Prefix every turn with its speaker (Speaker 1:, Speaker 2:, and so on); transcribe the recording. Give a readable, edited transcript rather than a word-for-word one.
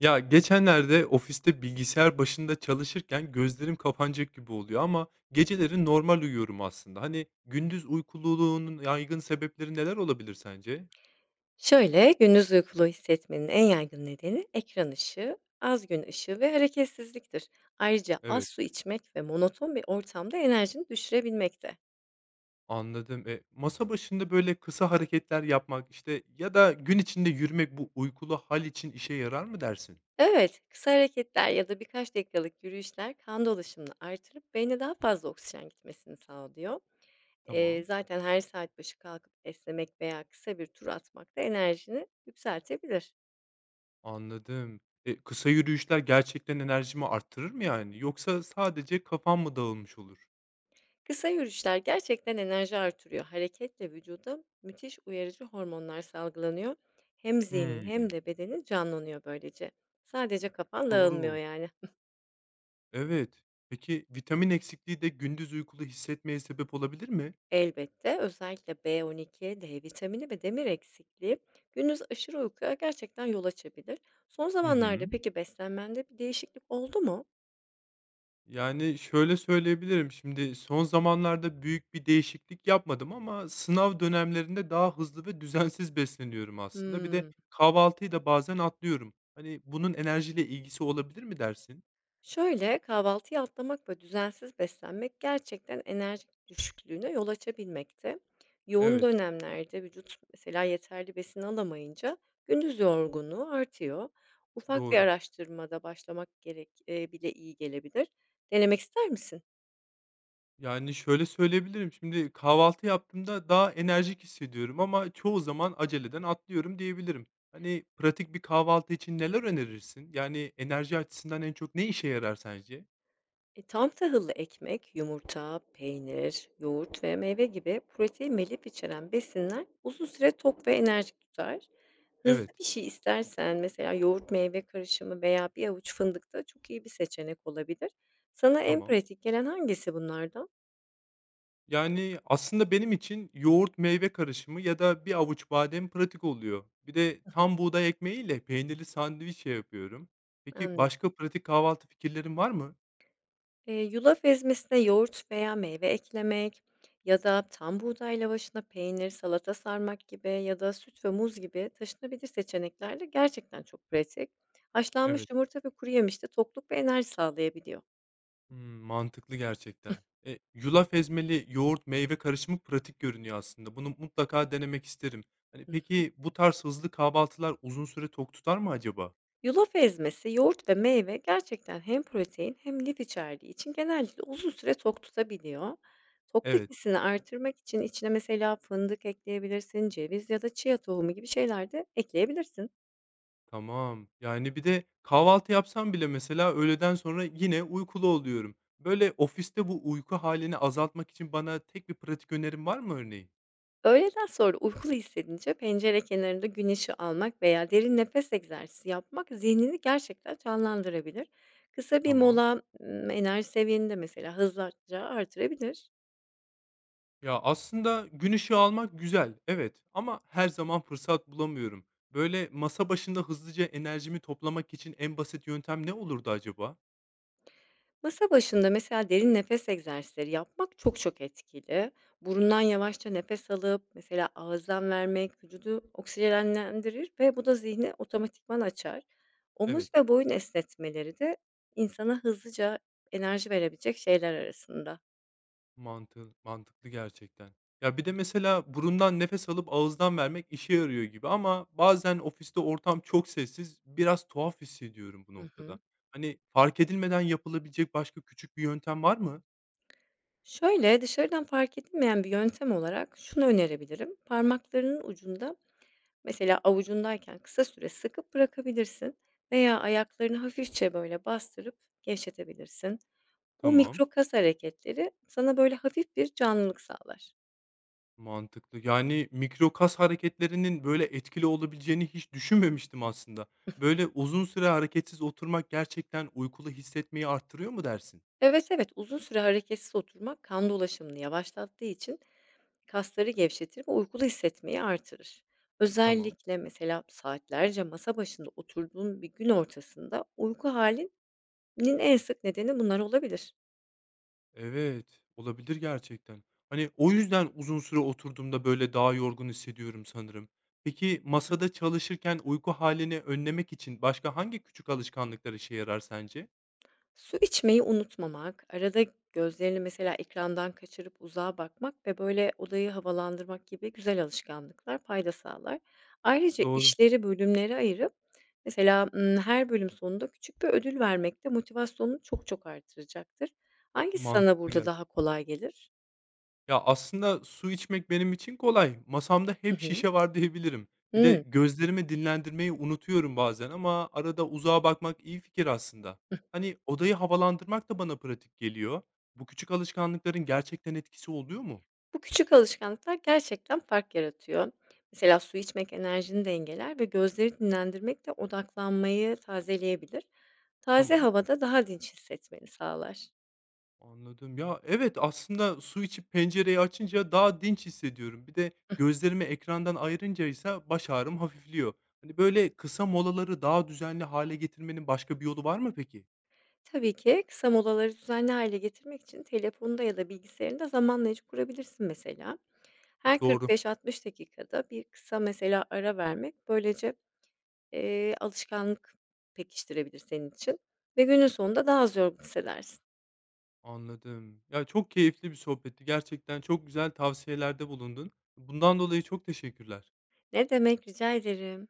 Speaker 1: Ya geçenlerde ofiste bilgisayar başında çalışırken gözlerim kapanacak gibi oluyor ama geceleri normal uyuyorum aslında. Hani gündüz uykululuğunun yaygın sebepleri neler olabilir sence?
Speaker 2: Şöyle, gündüz uykulu hissetmenin en yaygın nedeni ekran ışığı, az gün ışığı ve hareketsizliktir. Ayrıca az
Speaker 1: Evet,
Speaker 2: su içmek ve monoton bir ortamda enerjini düşürebilmekte.
Speaker 1: anladım. Masa başında böyle kısa hareketler yapmak işte ya da gün içinde yürümek bu uykulu hal için işe yarar mı dersin?
Speaker 2: Evet, kısa hareketler ya da birkaç dakikalık yürüyüşler kan dolaşımını artırıp beyne daha fazla oksijen gitmesini sağlıyor.
Speaker 1: Tamam,
Speaker 2: Zaten her saat başı kalkıp esnemek veya kısa bir tur atmak da enerjini yükseltebilir.
Speaker 1: anladım. Kısa yürüyüşler gerçekten enerjimi arttırır mı yani? Yoksa sadece kafam mı dağılmış olur?
Speaker 2: Kısa yürüyüşler gerçekten enerji artırıyor. Hareketle vücuda müthiş uyarıcı hormonlar salgılanıyor. Hem zihnin hem
Speaker 1: Hmm,
Speaker 2: de bedenin canlanıyor böylece. Sadece kafan dağılmıyor
Speaker 1: doğru.
Speaker 2: yani.
Speaker 1: Evet. Peki vitamin eksikliği de gündüz uykulu hissetmeye sebep olabilir mi?
Speaker 2: Elbette özellikle B12, D vitamini ve demir eksikliği gündüz aşırı uykuya gerçekten yol açabilir. Son
Speaker 1: Hı
Speaker 2: zamanlarda
Speaker 1: hı.
Speaker 2: peki beslenmende bir değişiklik oldu mu?
Speaker 1: Yani şöyle söyleyebilirim. Şimdi son zamanlarda büyük bir değişiklik yapmadım ama sınav dönemlerinde daha hızlı ve düzensiz besleniyorum aslında. Bir de
Speaker 2: Hmm.
Speaker 1: kahvaltıyı da bazen atlıyorum. Hani bunun enerjiyle ilgisi olabilir mi dersin?
Speaker 2: Şöyle, kahvaltıyı atlamak ve düzensiz beslenmek gerçekten enerji düşüklüğüne yol açabilmekte. Yoğun
Speaker 1: Evet,
Speaker 2: dönemlerde vücut mesela yeterli besin alamayınca gündüz yorgunluğu artıyor. Ufak bir
Speaker 1: doğru.
Speaker 2: araştırmada başlamak gerek, bile iyi gelebilir. Denemek ister misin?
Speaker 1: Yani, şöyle söyleyebilirim, şimdi kahvaltı yaptığımda daha enerjik hissediyorum ama çoğu zaman aceleden atlıyorum diyebilirim. Hani, pratik bir kahvaltı için neler önerirsin? Yani, enerji açısından en çok ne işe yarar sence?
Speaker 2: E, tam tahıllı ekmek, yumurta, peynir, yoğurt ve meyve gibi protein ve lif içeren besinler uzun süre tok ve enerjik tutar. Hızlı
Speaker 1: Evet,
Speaker 2: bir şey istersen mesela yoğurt meyve karışımı veya bir avuç fındık da çok iyi bir seçenek olabilir. Sana en
Speaker 1: tamam.
Speaker 2: pratik gelen hangisi bunlardan?
Speaker 1: Yani, aslında benim için yoğurt meyve karışımı ya da bir avuç badem pratik oluyor. Bir de
Speaker 2: Hı hı,
Speaker 1: tam buğday ekmeğiyle peynirli sandviç şey yapıyorum. Peki
Speaker 2: anladım.
Speaker 1: başka pratik kahvaltı fikirlerin var mı?
Speaker 2: Yulaf ezmesine yoğurt veya meyve eklemek ya da tam buğday lavaşına peynir, salata sarmak gibi ya da süt ve muz gibi taşınabilir seçeneklerle gerçekten çok pratik.
Speaker 1: Evet.
Speaker 2: Haşlanmış yumurta ve kuru yemiş de tokluk ve enerji sağlayabiliyor.
Speaker 1: Hımm, mantıklı gerçekten. Yulaf ezmeli yoğurt meyve karışımı pratik görünüyor aslında. Bunu mutlaka denemek isterim. Hani,
Speaker 2: Hı.
Speaker 1: peki bu tarz hızlı kahvaltılar uzun süre tok tutar mı acaba?
Speaker 2: Yulaf ezmesi, yoğurt ve meyve gerçekten hem protein hem lif içerdiği için genellikle uzun süre tok tutabiliyor. Tokluk
Speaker 1: Evet,
Speaker 2: hissini artırmak için içine mesela fındık ekleyebilirsin, ceviz ya da chia tohumu gibi şeyler de ekleyebilirsin.
Speaker 1: tamam. Yani bir de kahvaltı yapsam bile mesela öğleden sonra yine uykulu oluyorum. Böyle ofiste bu uyku halini azaltmak için bana tek bir pratik önerim var mı örneğin?
Speaker 2: Öğleden sonra uykulu hissedince pencere kenarında gün almak veya derin nefes egzersizi yapmak zihnini gerçekten canlandırabilir. Kısa bir
Speaker 1: Tamam.
Speaker 2: mola enerji seviyeni de mesela hızlıca artırabilir.
Speaker 1: Ya, aslında gün ışığı almak güzel, evet ama her zaman fırsat bulamıyorum. Böyle masa başında hızlıca enerjimi toplamak için en basit yöntem ne olurdu acaba?
Speaker 2: Masa başında mesela derin nefes egzersizleri yapmak çok çok etkili. Burundan yavaşça nefes alıp mesela ağızdan vermek vücudu oksijenlendirir ve bu da zihni otomatikman açar. Omuz
Speaker 1: Evet,
Speaker 2: ve boyun esnetmeleri de insana hızlıca enerji verebilecek şeyler arasında.
Speaker 1: mantıklı gerçekten. Ya, bir de mesela burundan nefes alıp ağızdan vermek işe yarıyor gibi ama bazen ofiste ortam çok sessiz, biraz tuhaf hissediyorum bu
Speaker 2: Hı hı.
Speaker 1: noktada. Hani fark edilmeden yapılabilecek başka küçük bir yöntem var mı?
Speaker 2: Şöyle, dışarıdan fark edilmeyen bir yöntem olarak şunu önerebilirim. Parmaklarının ucunda, mesela avucundayken kısa süre sıkıp bırakabilirsin veya ayaklarını hafifçe böyle bastırıp gevşetebilirsin. Bu
Speaker 1: Tamam.
Speaker 2: mikro kas hareketleri sana böyle hafif bir canlılık sağlar.
Speaker 1: Mantıklı. Yani, mikro kas hareketlerinin böyle etkili olabileceğini hiç düşünmemiştim aslında. Böyle uzun süre hareketsiz oturmak gerçekten uykulu hissetmeyi arttırıyor mu dersin?
Speaker 2: Evet, evet, uzun süre hareketsiz oturmak kan dolaşımını yavaşlattığı için kasları gevşetir ve uykulu hissetmeyi artırır.
Speaker 1: Tamam.
Speaker 2: Özellikle mesela saatlerce masa başında oturduğun bir gün ortasında uyku halin nin en sık nedeni bunlar olabilir.
Speaker 1: Evet, olabilir gerçekten. Hani, o yüzden uzun süre oturduğumda böyle daha yorgun hissediyorum sanırım. Peki
Speaker 2: Hı hı.
Speaker 1: masada çalışırken uyku halini önlemek için başka hangi küçük alışkanlıklar işe yarar sence?
Speaker 2: Su içmeyi unutmamak, arada gözlerini mesela ekrandan kaçırıp uzağa bakmak ve böyle odayı havalandırmak gibi güzel alışkanlıklar fayda sağlar. Ayrıca
Speaker 1: Doğru,
Speaker 2: işleri bölümlere ayırıp mesela, her bölüm sonunda küçük bir ödül vermek de motivasyonunu çok çok artıracaktır. Hangisi sana
Speaker 1: mantıklı
Speaker 2: burada
Speaker 1: gerçekten.
Speaker 2: daha kolay gelir?
Speaker 1: Ya, aslında su içmek benim için kolay. Masamda
Speaker 2: Hı
Speaker 1: hep
Speaker 2: hı.
Speaker 1: şişe var diyebilirim. Bir de
Speaker 2: Hıı.
Speaker 1: gözlerimi dinlendirmeyi unutuyorum bazen ama arada uzağa bakmak iyi fikir aslında. Hani odayı havalandırmak da bana pratik geliyor. Bu küçük alışkanlıkların gerçekten etkisi oluyor mu?
Speaker 2: Bu küçük alışkanlıklar gerçekten fark yaratıyor. Mesela su içmek enerjini dengeler ve gözleri dinlendirmek de odaklanmayı tazeleyebilir. Taze
Speaker 1: Tamam,
Speaker 2: havada daha dinç hissetmeni sağlar.
Speaker 1: anladım. Ya, evet, aslında su içip pencereyi açınca daha dinç hissediyorum. Bir de gözlerimi ekrandan ayırınca ise baş ağrım hafifliyor. Hani böyle kısa molaları daha düzenli hale getirmenin başka bir yolu var mı peki?
Speaker 2: Tabii ki kısa molaları düzenli hale getirmek için telefonda ya da bilgisayarında zamanlayıcı kurabilirsin mesela. Her
Speaker 1: Doğru.
Speaker 2: 45-60 dakikada bir kısa mesela ara vermek böylece alışkanlık pekiştirebilir senin için ve günün sonunda daha az yorgun hissedersin.
Speaker 1: Anladım. Ya, çok keyifli bir sohbetti. Gerçekten çok güzel tavsiyelerde bulundun. Bundan dolayı çok teşekkürler.
Speaker 2: Ne demek rica ederim.